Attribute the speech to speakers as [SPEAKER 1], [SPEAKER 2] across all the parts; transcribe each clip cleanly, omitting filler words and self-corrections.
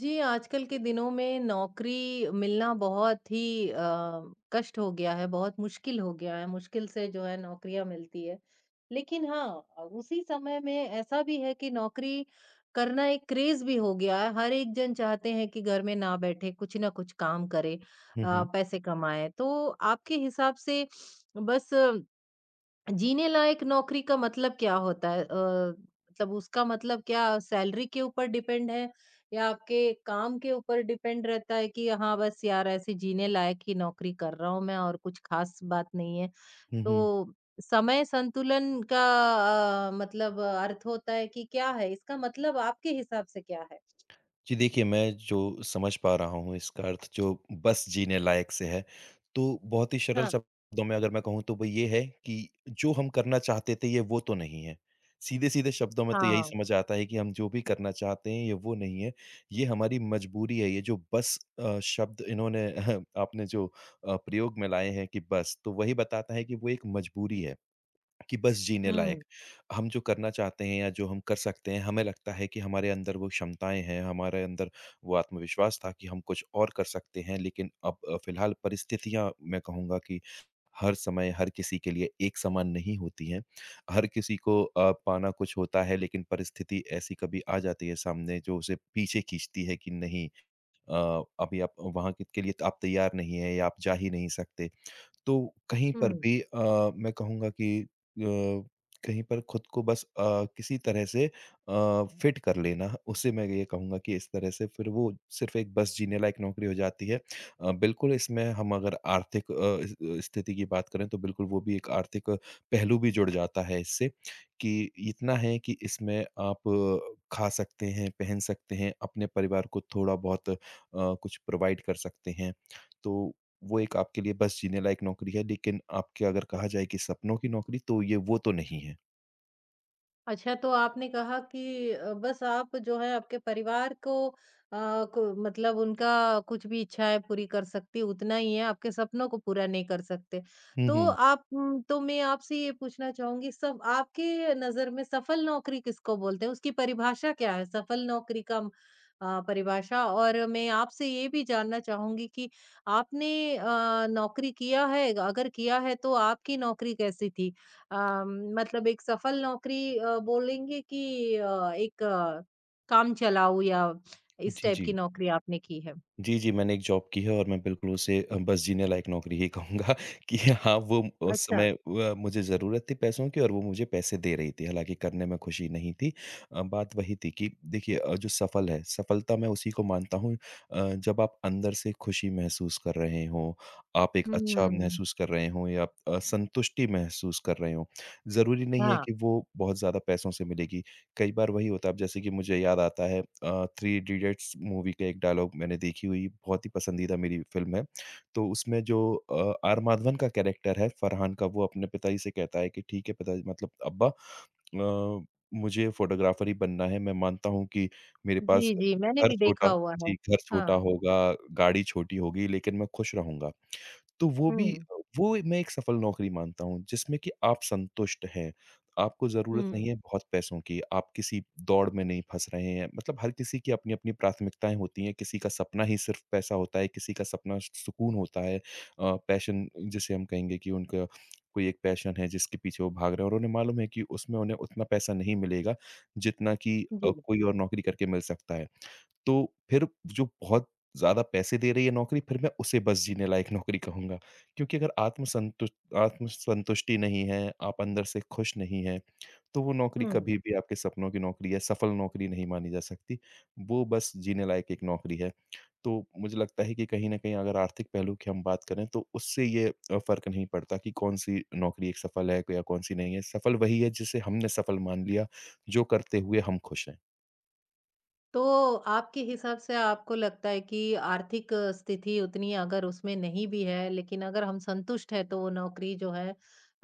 [SPEAKER 1] जी, आजकल के दिनों में नौकरी मिलना बहुत ही कष्ट हो गया है, बहुत मुश्किल हो गया है, मुश्किल से जो है नौकरियाँ मिलती है। लेकिन हाँ, उसी समय में ऐसा भी है कि नौकरी करना एक क्रेज़ भी हो गया है, हर एक जन चाहते हैं कि घर में ना बैठे, कुछ ना कुछ काम करे
[SPEAKER 2] हुँ, हुँ।
[SPEAKER 1] पैसे कमाएँ। तो आपके हिसाब से बस जीने लायक नौकरी का मतलब क्या होता है? मतलब उसका मतलब क्या सैलरी के ऊपर डिपेंड है या आपके काम के ऊपर डिपेंड रहता है कि हाँ, बस यार ऐसे जीने लायक ही नौकरी कर रहा हूँ मैं और कुछ खास बात नहीं है।
[SPEAKER 2] हुँ,
[SPEAKER 1] तो
[SPEAKER 2] हुँ।
[SPEAKER 1] समय संतुलन का मतलब अर्थ होता है कि क्या है? इसका मतलब आपके हिसाब से क्या है?
[SPEAKER 2] जी, देखिए मैं जो समझ पा रहा हूँ इसका अर्थ जो बस जीने लायक से है, तो बहुत ही सरल
[SPEAKER 1] हाँ,
[SPEAKER 2] शब्दों में अगर मैं कहूँ तो वो ये है कि जो हम करना चाहते थे ये वो तो नहीं है। सीधे-सीधे शब्दों में तो यही
[SPEAKER 1] हाँ।
[SPEAKER 2] समझ आता है कि हम जो भी करना चाहते हैं ये वो नहीं है, ये हमारी मजबूरी है, ये जो बस शब्द इन्होंने आपने जो प्रयोग में लाए हैं कि बस, तो वही बताता है कि वो एक मजबूरी है। कि बस जीने लायक।
[SPEAKER 1] हुँ,
[SPEAKER 2] हम जो करना चाहते हैं या जो हम कर सकते हैं, हमें लगता है कि हमारे अंदर वो क्षमताएँ हैं, हमारे अंदर वो आत्मविश्वास था कि हम कुछ और कर सकते हैं। लेकिन अब फ़िलहाल परिस्थितियाँ मैं कहूँगा कि हर समय हर किसी के लिए एक समान नहीं होती हैं। हर किसी को पाना कुछ होता है लेकिन परिस्थिति ऐसी कभी आ जाती है सामने जो उसे पीछे खींचती है कि नहीं अभी आप वहाँ के लिए तो आप तैयार नहीं हैं या आप जा ही नहीं सकते। तो कहीं
[SPEAKER 1] हुँ।
[SPEAKER 2] पर भी मैं कहूँगा कि कहीं पर खुद को बस किसी तरह से फिट कर लेना, उसे मैं ये कहूँगा कि इस तरह से फिर वो सिर्फ़ एक बस जीने लायक नौकरी हो जाती है। बिल्कुल इसमें हम अगर आर्थिक इस स्थिति की बात करें तो बिल्कुल वो भी एक आर्थिक पहलू भी जुड़ जाता है इससे, कि इतना है कि इसमें आप खा सकते हैं, पहन सकते हैं, अपने परिवार को थोड़ा-बहुत कुछ प्रोवाइड कर सकते हैं। तो वो एक आपके लिए बस जीने लायक नौकरी है, लेकिन आपके अगर कहा जाए कि सपनों की नौकरी तो ये वो तो नहीं है।
[SPEAKER 1] अच्छा, तो आपने कहा कि बस आप जो है आपके परिवार को मतलब उनका कुछ भी इच्छाएँ पूरी कर सकती उतना ही है, आपके सपनों को पूरा नहीं कर सकते।
[SPEAKER 2] हुँ, हुँ।
[SPEAKER 1] तो मैं आपसे ये पूछना चाहूँगी सब आपके नज़र में सफल नौकरी किसको बोलते हैं? उसकी परिभाषा क्या है? सफल नौकरी का परिभाषा और मैं आपसे ये भी जानना चाहूँगी कि आपने नौकरी किया है? अगर किया है तो आपकी नौकरी कैसी थी? अम, मतलब एक सफल नौकरी बोलेंगे कि एक काम चलाऊ या इस
[SPEAKER 2] जी,
[SPEAKER 1] टाइप की
[SPEAKER 2] जी।
[SPEAKER 1] नौकरी आपने की है?
[SPEAKER 2] जी, जी, मैंने एक जॉब की है और मैं बिल्कुल उसे बस जीने लायक नौकरी ही कहूँगा कि हाँ, वो उस
[SPEAKER 1] अच्छा।
[SPEAKER 2] समय मुझे ज़रूरत थी पैसों की और वो मुझे पैसे दे रही थी, हालाँकि करने में खुशी नहीं थी। बात वही थी कि देखिए जो सफल है, सफलता मैं उसी को मानता हूँ जब आप अंदर से खुशी महसूस कर रहे हों, आप एक अच्छा
[SPEAKER 1] हुँ,
[SPEAKER 2] महसूस कर रहे हों या आप, संतुष्टि महसूस कर रहे हों। ज़रूरी नहीं है
[SPEAKER 1] हाँ।
[SPEAKER 2] कि वो बहुत ज़्यादा पैसों से मिलेगी। कई बार वही होता है अब जैसे कि मुझे याद आता है थ्री इडियट्स मूवी का एक डायलॉग मैंने देखी हुई बहुत ही पसंदीदा मेरी फ़िल्म है। तो उसमें जो आर माधवन का कैरेक्टर है फरहान का वो अपने पिताजी से कहता है कि ठीक है पिताजी मतलब अब्बा मुझे फ़ोटोग्राफ़र ही बनना है। मैं मानता हूँ कि मेरे पास
[SPEAKER 1] जी, जी, मैंने
[SPEAKER 2] घर
[SPEAKER 1] भी
[SPEAKER 2] छोटा
[SPEAKER 1] देखा हुआ है।
[SPEAKER 2] जी, घर छोटा
[SPEAKER 1] हाँ।
[SPEAKER 2] होगा, गाड़ी छोटी होगी लेकिन मैं खुश रहूँगा। तो वो भी
[SPEAKER 1] हुँ,
[SPEAKER 2] वो मैं एक सफल नौकरी मानता हूँ, जिसमें कि आप संतुष्ट हैं। आपको ज़रूरत नहीं
[SPEAKER 1] हुँ,
[SPEAKER 2] है बहुत पैसों की, आप किसी दौड़ में नहीं फँस रहे हैं। मतलब हर किसी की अपनी-अपनी प्राथमिकताएँ होती हैं, किसी का सपना ही सिर्फ़ पैसा होता है, किसी का सपना सुकून होता है। पैशन जिसे हम कहेंगे कि उनका कोई एक पैशन है जिसके पीछे वो भाग रहे हैं और उन्हें मालूम है कि उसमें उन्हें उतना पैसा नहीं मिलेगा, जितना कि
[SPEAKER 1] जी,
[SPEAKER 2] कोई और नौकरी करके मिल सकता है। तो फिर जो बहुत ज़्यादा पैसे दे रही है नौकरी, फिर मैं उसे बस जीने लायक नौकरी कहूँगा। क्योंकि अगर आत्मसंतुष्टि नहीं है, आप अंदर से खुश नहीं हैं, तो वो नौकरी
[SPEAKER 1] हुँ।
[SPEAKER 2] कभी भी आपके सपनों की नौकरी या सफल नौकरी नहीं मानी जा सकती। वो बस जीने लायक एक नौकरी है। तो मुझे लगता है कि कहीं न कहीं अगर आर्थिक पहलू की हम बात करें, तो उससे ये फ़र्क नहीं पड़ता कि कौन-सी नौकरी एक सफल है या कौन-सी नहीं है। सफल वही है जिसे हमने सफल मान लिया, जो करते हुए हम खुश हैं।
[SPEAKER 1] तो आपके हिसाब से आपको लगता है कि आर्थिक स्थिति उतनी अगर उसमें नहीं भी है लेकिन अगर हम संतुष्ट है तो वो नौकरी जो है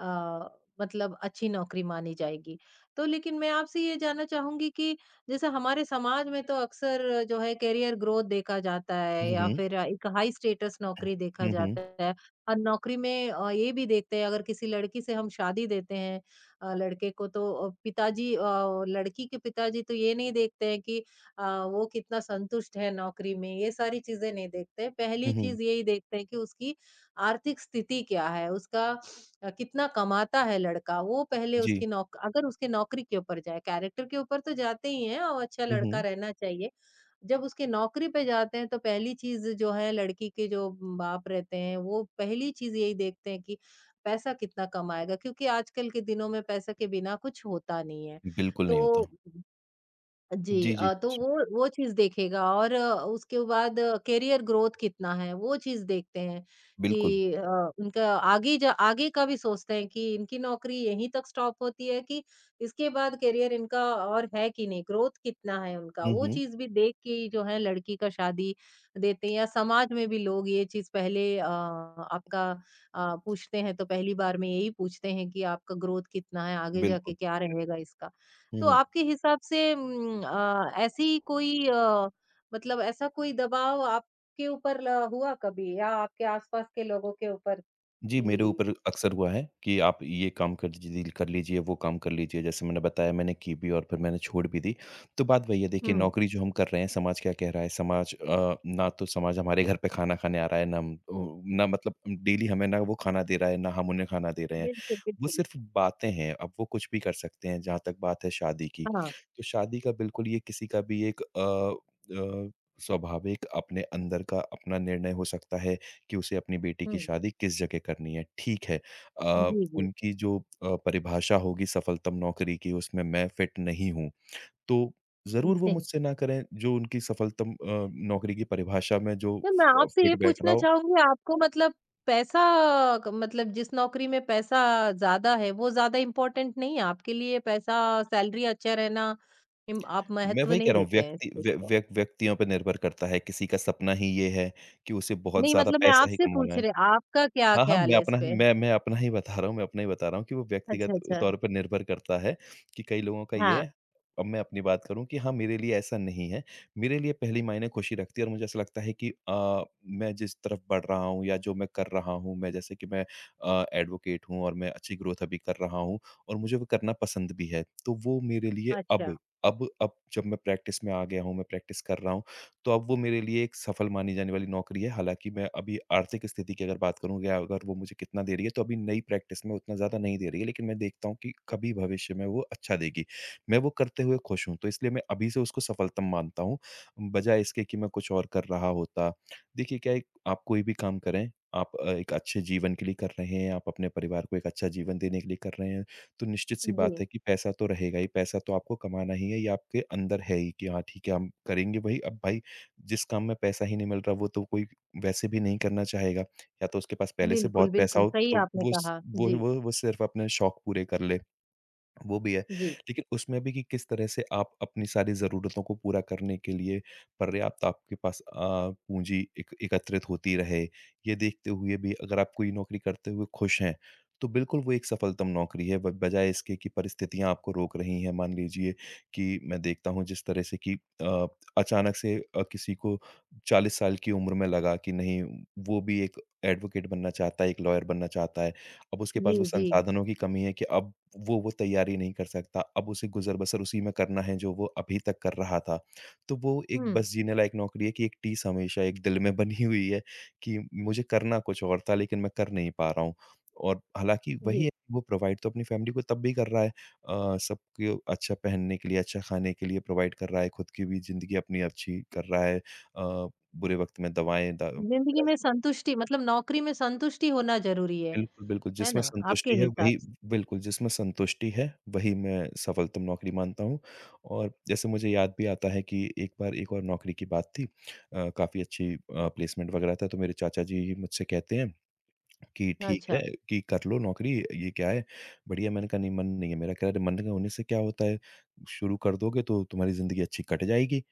[SPEAKER 1] आ, मतलब अच्छी नौकरी मानी जाएगी तो लेकिन मैं आपसे ये जानना चाहूंगी कि जैसे हमारे समाज में तो अक्सर जो है कैरियर ग्रोथ देखा जाता
[SPEAKER 2] हुँ,
[SPEAKER 1] है या
[SPEAKER 2] हुँ।
[SPEAKER 1] फिर एक हाई स्टेटस नौकरी देखा
[SPEAKER 2] हुँ, हुँ।
[SPEAKER 1] जाता है और नौकरी में ये भी देखते हैं अगर किसी लड़की से हम शादी देते हैं लड़के को तो लड़की के पिताजी तो ये नहीं देखते हैं कि अ, वो कितना संतुष्ट है नौकरी में, ये सारी चीज़ें नहीं देखते।
[SPEAKER 2] हुँ,
[SPEAKER 1] पहली
[SPEAKER 2] हुँ।
[SPEAKER 1] चीज़ यही देखते हैं कि उसकी आर्थिक स्थिति क्या है, उसका कितना कमाता है लड़का, वो पहले
[SPEAKER 2] जी।
[SPEAKER 1] उसकी नौक अगर उसकी नौकरी के ऊपर जाए, कैरेक्टर के ऊपर तो जाते ही हैं और अच्छा
[SPEAKER 2] हुँ,
[SPEAKER 1] लड़का
[SPEAKER 2] हुँ।
[SPEAKER 1] रहना चाहिए। जब उसकी नौकरी पे जाते हैं, तो पहली चीज़ जो है लड़की के जो बाप रहते हैं, वो पहली चीज़ यही देखते हैं कि पैसा कितना कमाएगा क्योंकि आजकल के दिनों में पैसा के बिना कुछ होता नहीं है।
[SPEAKER 2] बिल्कुल नहीं
[SPEAKER 1] तो
[SPEAKER 2] होता।
[SPEAKER 1] जी
[SPEAKER 2] जी, जी,
[SPEAKER 1] अ, तो
[SPEAKER 2] जी।
[SPEAKER 1] वो चीज़ देखेगा और उसके बाद करियर ग्रोथ कितना है, वो चीज़ देखते हैं
[SPEAKER 2] बिल्कुल।
[SPEAKER 1] कि उनका आगे का भी सोचते हैं कि इनकी नौकरी यहीं तक स्टॉप होती है कि इसके बाद करियर इनका और है कि नहीं, ग्रोथ कितना है उनका,
[SPEAKER 2] हुँ,
[SPEAKER 1] वो
[SPEAKER 2] हुँ।
[SPEAKER 1] चीज़ भी देख के ही जो है लड़की का शादी देते हैं या समाज में भी लोग ये चीज़ पहले आपका पूछते हैं तो पहली बार में यही पूछते हैं कि आपका ग्रोथ कितना है, आगे
[SPEAKER 2] बिल्कुल।
[SPEAKER 1] जाके क्या रहेगा इसका।
[SPEAKER 2] हुँ,
[SPEAKER 1] तो
[SPEAKER 2] हुँ।
[SPEAKER 1] आपके हिसाब से ऐसी मतलब ऐसा कोई दबाव आपके ऊपर ल हुआ कभी या आपके आस-पास के लोगों के ऊपर
[SPEAKER 2] जी, मेरे
[SPEAKER 1] कि
[SPEAKER 2] ऊपर अक्सर हुआ है कि आप ये काम कर जी कर लीजिए, वो काम कर लीजिए। जैसे मैंने बताया मैंने की भी और फिर मैंने छोड़ भी दी। तो बात वही है देखिए
[SPEAKER 1] हुँ।
[SPEAKER 2] नौकरी जो हम कर रहे हैं, समाज क्या कह रहा है? समाज ना तो समाज हमारे घर पे खाना खाने आ रहा है, ना हम ना मतलब डेली हमें ना वो खाना दे रहा है, ना हम उन्हें खाना दे रहे हैं।
[SPEAKER 1] बिल्कुल,
[SPEAKER 2] वो
[SPEAKER 1] बिल्कुल।
[SPEAKER 2] सिर्फ़ बातें हैं, अब वो कुछ भी कर सकते हैं जहाँ तक बात है शादी की।
[SPEAKER 1] हाँ।
[SPEAKER 2] तो शादी का बिल्कुल ये किसी का भी एक स्वाभाविक अपने अंदर का अपना निर्णय हो सकता है। कि उसे अपनी बेटी की
[SPEAKER 1] हुँ।
[SPEAKER 2] शादी किस जगह करनी है, ठीक है।
[SPEAKER 1] जी, जी।
[SPEAKER 2] उनकी जो परिभाषा होगी सफलतम नौकरी की उसमें मैं फिट नहीं हूँ, तो ज़रूर वो
[SPEAKER 1] जी।
[SPEAKER 2] मुझसे ना करें जो उनकी सफलतम नौकरी की परिभाषा में जो
[SPEAKER 1] तो मैं
[SPEAKER 2] फ
[SPEAKER 1] आपसे ये
[SPEAKER 2] फिट बैठ रहा
[SPEAKER 1] पूछना
[SPEAKER 2] हो।
[SPEAKER 1] चाहूँगी आपको मतलब पैसा क मतलब जिस नौकरी में पैसा ज़्यादा है वो ज़्यादा इम्पोर्टेंट नहीं है आपके लिए पैसा सैलरी अच्छा रहना इम आप
[SPEAKER 2] मैं
[SPEAKER 1] महत्व
[SPEAKER 2] वही कह
[SPEAKER 1] नहीं
[SPEAKER 2] रहा हूँ
[SPEAKER 1] देते हैं इस
[SPEAKER 2] व्यक्ति
[SPEAKER 1] चीज़
[SPEAKER 2] व्य
[SPEAKER 1] को?
[SPEAKER 2] व्य व्यक्तियों पे निर्भर करता है, किसी का सपना ही ये है कि उसे बहुत
[SPEAKER 1] नहीं
[SPEAKER 2] ज़्यादा
[SPEAKER 1] मतलब मैं
[SPEAKER 2] पैसा ही
[SPEAKER 1] आपसे
[SPEAKER 2] कमाना
[SPEAKER 1] पूछ
[SPEAKER 2] है।
[SPEAKER 1] रही आपका क्या
[SPEAKER 2] हाँ, हाँ, मैं
[SPEAKER 1] ख़्याल है इस
[SPEAKER 2] अपना
[SPEAKER 1] पे?
[SPEAKER 2] मैं मैं अपना ही बता रहा हूँ कि वो व्यक्तिगत
[SPEAKER 1] अच्छा, अच्छा।
[SPEAKER 2] तौर पर निर्भर करता है कि कई लोगों का ये
[SPEAKER 1] हाँ।
[SPEAKER 2] है। अब मैं अपनी बात करूँ कि हाँ, मेरे लिए ऐसा नहीं है। मेरे लिए पहली मायने खुशी रखती है और मुझे ऐसा लगता है कि मैं जिस तरफ बढ़ रहा हूँ या जो मैं कर रहा हूँ, मैं जैसे कि मैं एडवोकेट हूँ और मैं अच्छी ग्रोथ अभी कर रहा हूँ और मुझे वो करना पसंद भी है। तो वो मेरे लिए
[SPEAKER 1] अच्छा।
[SPEAKER 2] अब जब मैं प्रैक्टिस में आ गया हूँ, मैं प्रैक्टिस कर रहा हूँ, तो अब वो मेरे लिए एक सफल मानी जाने वाली नौकरी है। हालाँकि मैं अभी आर्थिक स्थिति की अगर बात करूँ या अगर वो मुझे कितना दे रही है, तो अभी नई प्रैक्टिस में उतना ज़्यादा नहीं दे रही है, लेकिन मैं देखता हूँ कि कभी भविष्य में वो अच्छा देगी। मैं वो करते हुए खुश हूँ, तो इसलिए मैं अभी से उसको सफलतम मानता हूँ, बजाए इसके कि मैं कुछ और कर रहा होता। देखिए क्या है, आप कोई भी काम करें, आप एक अच्छे जीवन के लिए कर रहे हैं, आप अपने परिवार को एक अच्छा जीवन देने के लिए कर रहे हैं, तो निश्चित-सी बात
[SPEAKER 1] जी,
[SPEAKER 2] है कि पैसा तो रहेगा ही, पैसा तो आपको कमाना ही है, ये आपके अंदर है ही कि हाँ, ठीक है, हम करेंगे वही। अब भाई जिस काम में पैसा ही नहीं मिल रहा, वो तो कोई वैसे भी नहीं करना चाहेगा। या तो उसके पास पहले से
[SPEAKER 1] बिल्कुल,
[SPEAKER 2] बहुत पैसा
[SPEAKER 1] बिल्कुल,
[SPEAKER 2] हो,
[SPEAKER 1] सही
[SPEAKER 2] तो
[SPEAKER 1] आपने
[SPEAKER 2] वो स
[SPEAKER 1] कहा। जी,
[SPEAKER 2] वो सिर्फ़ अपने शौक पूरे कर ले। वो भी है।
[SPEAKER 1] जी,
[SPEAKER 2] लेकिन उसमें भी कि किस तरह से आप अपनी सारी ज़रूरतों को पूरा करने के लिए पर्याप्त आपके पास पूँजी एक एकत्रित होती रहे, ये देखते हुए भी अगर आप कोई नौकरी करते हुए खुश हैं, तो बिल्कुल वो एक सफलतम नौकरी है ब बजाए इसके कि परिस्थितियाँ आपको रोक रही हैं। मान लीजिए कि मैं देखता हूँ जिस तरह से कि अ, अचानक से किसी को 40 साल की उम्र में लगा कि नहीं, वो भी एक एडवोकेट बनना चाहता है, एक लॉयर बनना चाहता है। अब उसके
[SPEAKER 1] जी,
[SPEAKER 2] पास वो
[SPEAKER 1] जी।
[SPEAKER 2] संसाधनों की कमी है कि अब वो तैयारी नहीं कर सकता, अब उसे गुज़र-बसर उसी में करना है जो वो अभी तक कर रहा था। तो वो एक
[SPEAKER 1] हुँ,
[SPEAKER 2] बस जीने लायक नौकरी है कि एक टीस हमेशा एक दिल में बनी हुई है कि मुझे करना कुछ और था लेकिन मैं कर नहीं पा रहा हूँ। और हालाँकि वही
[SPEAKER 1] जी।
[SPEAKER 2] है वो प्रोवाइड तो अपनी फ़ैमिली को तब भी कर रहा है सबको अच्छा पहनने के लिए, अच्छा खाने के लिए प्रोवाइड कर रहा है, खुद की भी ज़िंदगी अपनी अच्छी कर रहा है। बुरे वक़्त में दवाएँ द
[SPEAKER 1] ज़िंदगी में संतुष्टि मतलब नौकरी में संतुष्टि होना ज़रूरी
[SPEAKER 2] बिल्कुल, बिल्कुल,
[SPEAKER 1] है
[SPEAKER 2] जिसमें
[SPEAKER 1] ना?
[SPEAKER 2] संतुष्टि
[SPEAKER 1] आपके
[SPEAKER 2] है
[SPEAKER 1] हिसाब
[SPEAKER 2] वही।
[SPEAKER 1] से।
[SPEAKER 2] बिल्कुल, जिसमें संतुष्टि है, वही मैं सफलतम नौकरी मानता हूँ। और जैसे मुझे याद भी आता है कि एक बार एक और नौकरी की बात थी काफ़ी अच्छी प्लेसमेंट वगैरह था, तो मेरे चाचा जी मुझसे कहते हैं कि, "ठीक
[SPEAKER 1] अच्छा।
[SPEAKER 2] है कि कर लो नौकरी, ये क्या है, बढ़िया।" मैंने कहा, "नहीं, मन नहीं है मेरा।" कह रहे, "मन का होने से क्या होता है? शुरू कर दोगे तो तुम्हारी ज़िंदगी अच्छी कट जाएगी।"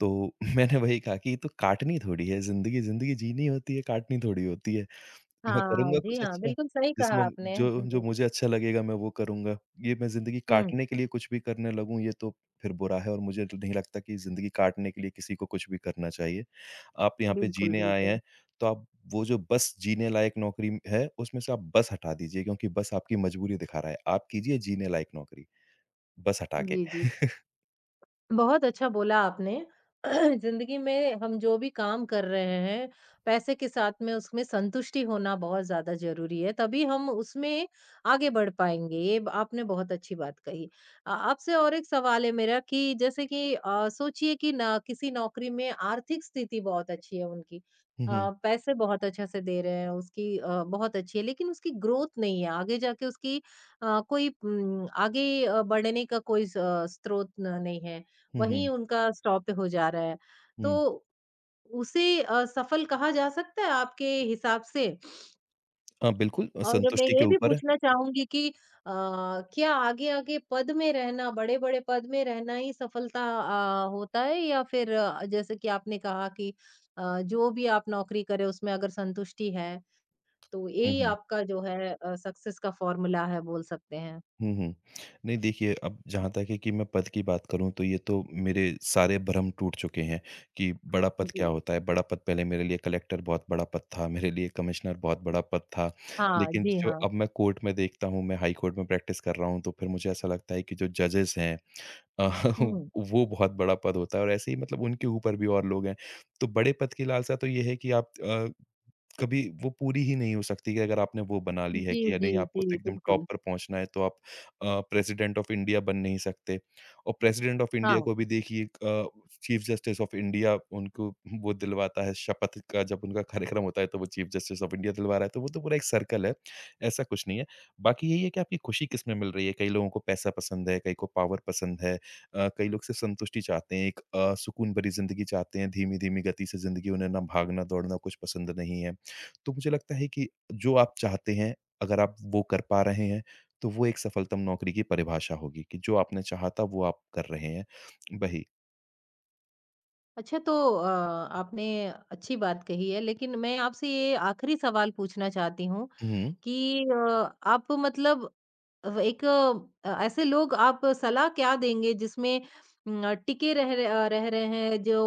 [SPEAKER 2] तो मैंने वही कहा कि ये तो काटनी थोड़ी है ज़िंदगी, ज़िंदगी जीनी होती है, काटनी थोड़ी होती है। मैं
[SPEAKER 1] हाँ,
[SPEAKER 2] करूँगा
[SPEAKER 1] जी
[SPEAKER 2] कुछ
[SPEAKER 1] हाँ,
[SPEAKER 2] अच्छा,
[SPEAKER 1] बिल्कुल सही कहा
[SPEAKER 2] जिसमें
[SPEAKER 1] आपने।
[SPEAKER 2] जो जो
[SPEAKER 1] जी।
[SPEAKER 2] मुझे अच्छा लगेगा मैं वो करूँगा। ये मैं ज़िंदगी
[SPEAKER 1] हुँ,
[SPEAKER 2] काटने के लिए कुछ भी करने लगूँ ये तो फिर बुरा है और मुझे तो नहीं लगता कि ज़िंदगी काटने के लिए किसी को कुछ भी करना चाहिए। आप यहाँ पे
[SPEAKER 1] बिल्कुल,
[SPEAKER 2] जीने आए
[SPEAKER 1] बिल्कुल।
[SPEAKER 2] हैं, तो आप वो जो बस जीने लायक नौकरी है उसमें से आप बस हटा दीजिए क्योंकि बस आपकी मजबूरी दिखा रहा है। आप कीजिए जीने लायक नौकरी, बस हटा के।
[SPEAKER 1] जी, जी। बहुत अच्छा बोला आपने। ज़िंदगी में हम जो भी काम कर रहे हैं, पैसे के साथ में उसमें संतुष्टि होना बहुत ज़्यादा ज़रूरी है, तभी हम उसमें आगे बढ़ पाएँगे। ये ब आपने बहुत अच्छी बात कही। आपसे और एक सवाल है मेरा कि जैसे कि सोचिए कि ना किसी नौकरी में आर्थिक स्थिति बहुत अच्छी है उनकी।
[SPEAKER 2] हुँ,
[SPEAKER 1] अ,
[SPEAKER 2] हुँ।
[SPEAKER 1] पैसे बहुत अच्छे से दे रहे हैं, उसकी बहुत अच्छी है, लेकिन उसकी ग्रोथ नहीं है। आगे जाके उसकी कोई आगे बढ़ने का कोई स स्रोत न नहीं है।
[SPEAKER 2] हुँ, हुँ,
[SPEAKER 1] वहीं उनका स्टॉप हो जा रहा है। तो
[SPEAKER 2] हुँ।
[SPEAKER 1] उसे सफल कहा जा सकता है आपके हिसाब से?
[SPEAKER 2] हाँ, बिल्कुल
[SPEAKER 1] और मैं
[SPEAKER 2] संतुष्टि के
[SPEAKER 1] ये भी
[SPEAKER 2] ऊपर है।
[SPEAKER 1] पूछना चाहूँगी कि क्या आगे-आगे पद में रहना, बड़े-बड़े पद में रहना ही सफलता होता है या फिर जैसे कि आपने कहा कि जो भी आप नौकरी करें उसमें अगर संतुष्टि है, तो
[SPEAKER 2] हुँ,
[SPEAKER 1] यही
[SPEAKER 2] हुँ।
[SPEAKER 1] आपका जो है सक्सेस का फ़ॉर्मूला है बोल सकते हैं?
[SPEAKER 2] हुँ, हुँ। नहीं देखिए, अब जहाँ तक है कि मैं पद की बात करूँ तो ये तो मेरे सारे भ्रम टूट चुके हैं कि बड़ा पद क्या
[SPEAKER 1] जी।
[SPEAKER 2] होता है? बड़ा पद पहले मेरे लिए कलेक्टर बहुत बड़ा पद था, मेरे लिए कमिश्नर बहुत बड़ा पद था।
[SPEAKER 1] हाँ,
[SPEAKER 2] लेकिन
[SPEAKER 1] जी
[SPEAKER 2] जो
[SPEAKER 1] हाँ।
[SPEAKER 2] अब मैं कोर्ट में देखता हूँ, मैं हाई कोर्ट में प्रैक्टिस कर रहा हूँ तो फिर मुझे ऐसा लगता है कि जो जजेस हैं अ,
[SPEAKER 1] हुँ।
[SPEAKER 2] वो बहुत बड़ा पद होता है और ऐसे ही मतलब उनके ऊपर भी और लोग हैं। तो बड़े पद की लालसा तो ये है कि आप कभी वो पूरी ही नहीं हो सकती कि अगर आपने वो बना ली है
[SPEAKER 1] जी,
[SPEAKER 2] कि या
[SPEAKER 1] जी,
[SPEAKER 2] नहीं आपको
[SPEAKER 1] जी,
[SPEAKER 2] तो एकदम टॉप
[SPEAKER 1] बिल्कुल।
[SPEAKER 2] पर पहुँचना है तो आप प्रेसिडेंट ऑफ इंडिया बन नहीं सकते। और प्रेसिडेंट ऑफ इंडिया
[SPEAKER 1] हाँ।
[SPEAKER 2] को भी देखिए, चीफ जस्टिस ऑफ इंडिया उनको वो दिलवाता है शपथ का जब उनका कार्यक्रम होता है तो वो चीफ जस्टिस ऑफ इंडिया दिलवा रहा है, तो वो तो पूरा एक सर्कल है, ऐसा कुछ नहीं है। बाकी यही है कि आपकी खुशी किसमें मिल रही है, कई लोगों को पैसा पसंद है, कई को पावर पसंद है, कई लोग सिर्फ़ संतुष्टि चाहते हैं, एक सुकून भरी ज़िंदगी चाहते हैं, धीमी-धीमी गति से ज़िंदगी उन्हें ना भागना-दौड़ना कुछ पसंद नहीं है। तो मुझे लगता है कि जो आप चाहते हैं, अगर आप वो कर पा रहे हैं, तो वो एक सफलतम नौकरी की परिभाषा होगी कि जो आपने चाहा था वो आप कर रहे हैं। वही
[SPEAKER 1] अच्छा तो अ, आपने अच्छी बात कही है लेकिन मैं आपसे ये आखिरी सवाल पूछना चाहती हूँ
[SPEAKER 2] हुँ,
[SPEAKER 1] कि आप मतलब अब एक ऐसे लोग आप सलाह क्या देंगे जिसमें टिके रह रहे हैं जो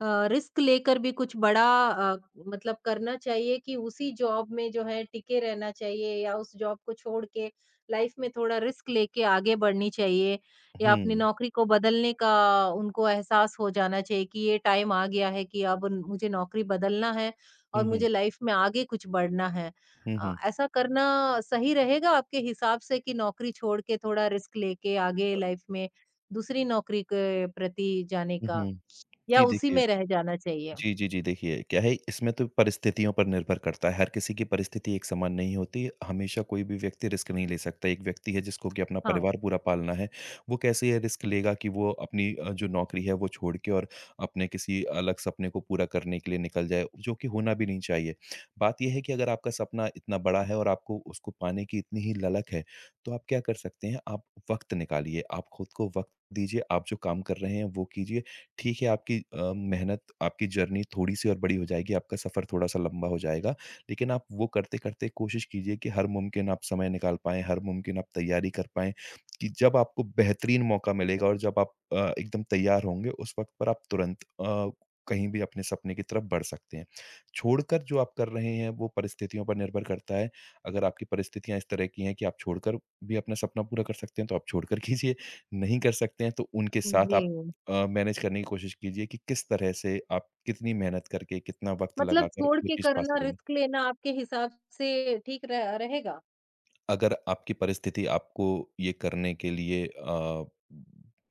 [SPEAKER 1] अ, रिस्क लेकर भी कुछ बड़ा मतलब करना चाहिए कि उसी जॉब में जो है टिके रहना चाहिए या उस जॉब को छोड़ के लाइफ में थोड़ा रिस्क लेके आगे बढ़नी चाहिए या अपनी
[SPEAKER 2] हुँ,
[SPEAKER 1] नौकरी को बदलने का उनको एहसास हो जाना चाहिए कि ये टाइम आ गया है कि अब मुझे नौकरी बदलना है और
[SPEAKER 2] हुँ, हुँ,
[SPEAKER 1] मुझे लाइफ में आगे कुछ बढ़ना है
[SPEAKER 2] हुँ, हुँ,
[SPEAKER 1] ऐसा करना सही रहेगा आपके हिसाब से कि नौकरी छोड़ के थोड़ा रिस्क लेके आगे लाइफ में दूसरी नौकरी के प्रति जाने
[SPEAKER 2] हुँ,
[SPEAKER 1] का
[SPEAKER 2] हुँ।
[SPEAKER 1] या
[SPEAKER 2] जी,
[SPEAKER 1] उसी
[SPEAKER 2] देखिए
[SPEAKER 1] में रह जाना चाहिए?
[SPEAKER 2] जी, जी, जी। देखिए, क्या है इसमें तो परिस्थितियों पर निर्भर करता है। हर किसी की परिस्थिति एक समान नहीं होती। हमेशा कोई भी व्यक्ति रिस्क नहीं ले सकता। एक व्यक्ति है जिसको कि अपना
[SPEAKER 1] हाँ,
[SPEAKER 2] परिवार पूरा पालना है, वो कैसे ये रिस्क लेगा कि वो अपनी जो नौकरी है वो छोड़ के और अपने किसी अलग सपने को पूरा करने के लिए निकल जाए, जो कि होना भी नहीं चाहिए। बात ये है कि अगर आपका सपना इतना बड़ा है और आपको उसको पाने की इतनी ही ललक है, तो आप क्या कर सकते हैं? आप वक़्त निकालिए, आप खुद को वक़्त दीजिए, आप जो काम कर रहे हैं वो कीजिए। ठीक है, आपकी मेहनत, आपकी जर्नी थोड़ी-सी और बड़ी हो जाएगी, आपका सफ़र थोड़ा-सा लंबा हो जाएगा, लेकिन आप वो करते-करते कोशिश कीजिए कि हर मुमकिन आप समय निकाल पाएँ, हर मुमकिन आप तैयारी कर पाएँ, कि जब आपको बेहतरीन मौका मिलेगा और जब आप एकदम तैयार होंगे, उस वक़्त पर आप तुरंत कहीं भी अपने सपने की तरफ बढ़ सकते हैं। छोड़कर जो आप कर रहे हैं, वो परिस्थितियों पर निर्भर करता है। अगर आपकी परिस्थितियाँ इस तरह की हैं कि आप छोड़कर भी अपना सपना पूरा कर सकते हैं, तो आप छोड़कर कीजिए, नहीं कर सकते हैं, तो उनके साथ
[SPEAKER 1] जी।
[SPEAKER 2] आप मैनेज करने की कोशिश कीजिए कि किस तरह से आप कितनी मेहनत करके, कितना वक़्त
[SPEAKER 1] मतलब
[SPEAKER 2] लगाकर
[SPEAKER 1] छोड़
[SPEAKER 2] वो
[SPEAKER 1] के
[SPEAKER 2] चीज़ पा
[SPEAKER 1] करना,
[SPEAKER 2] सकेंगे।
[SPEAKER 1] रिस्क लेना आपके हिसाब से ठीक र रहेगा?
[SPEAKER 2] अगर आपकी परिस्थिति आपको ये करने के लिए,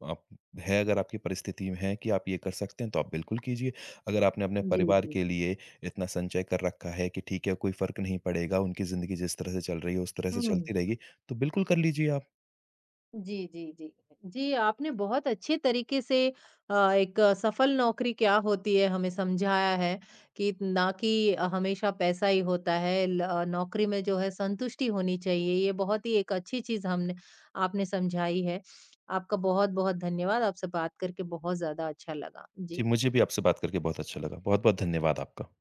[SPEAKER 2] आप है अगर आपकी परिस्थिति है कि आप ये कर सकते हैं, तो आप बिल्कुल कीजिए। अगर आपने अपने
[SPEAKER 1] जी,
[SPEAKER 2] परिवार
[SPEAKER 1] जी।
[SPEAKER 2] के लिए इतना संचय कर रखा है कि ठीक है, कोई फ़र्क नहीं पड़ेगा, उनकी ज़िंदगी जिस तरह से चल रही है, उस तरह से
[SPEAKER 1] हुँ।
[SPEAKER 2] चलती रहेगी, तो बिल्कुल कर लीजिए आप।
[SPEAKER 1] जी, जी, जी। जी, आपने बहुत अच्छे तरीके से एक सफल नौकरी क्या होती है हमें समझाया है कि ना कि हमेशा पैसा ही होता है नौकरी में जो है संतुष्टि होनी चाहिए। ये बहुत ही एक अच्छी चीज़ हमने आपने समझाई है। आपका बहुत-बहुत धन्यवाद। आपसे बात करके बहुत ज़्यादा अच्छा लगा।
[SPEAKER 2] जी,
[SPEAKER 1] जी।
[SPEAKER 2] मुझे भी आपसे बात करके बहुत अच्छा लगा। बहुत-बहुत धन्यवाद आपका।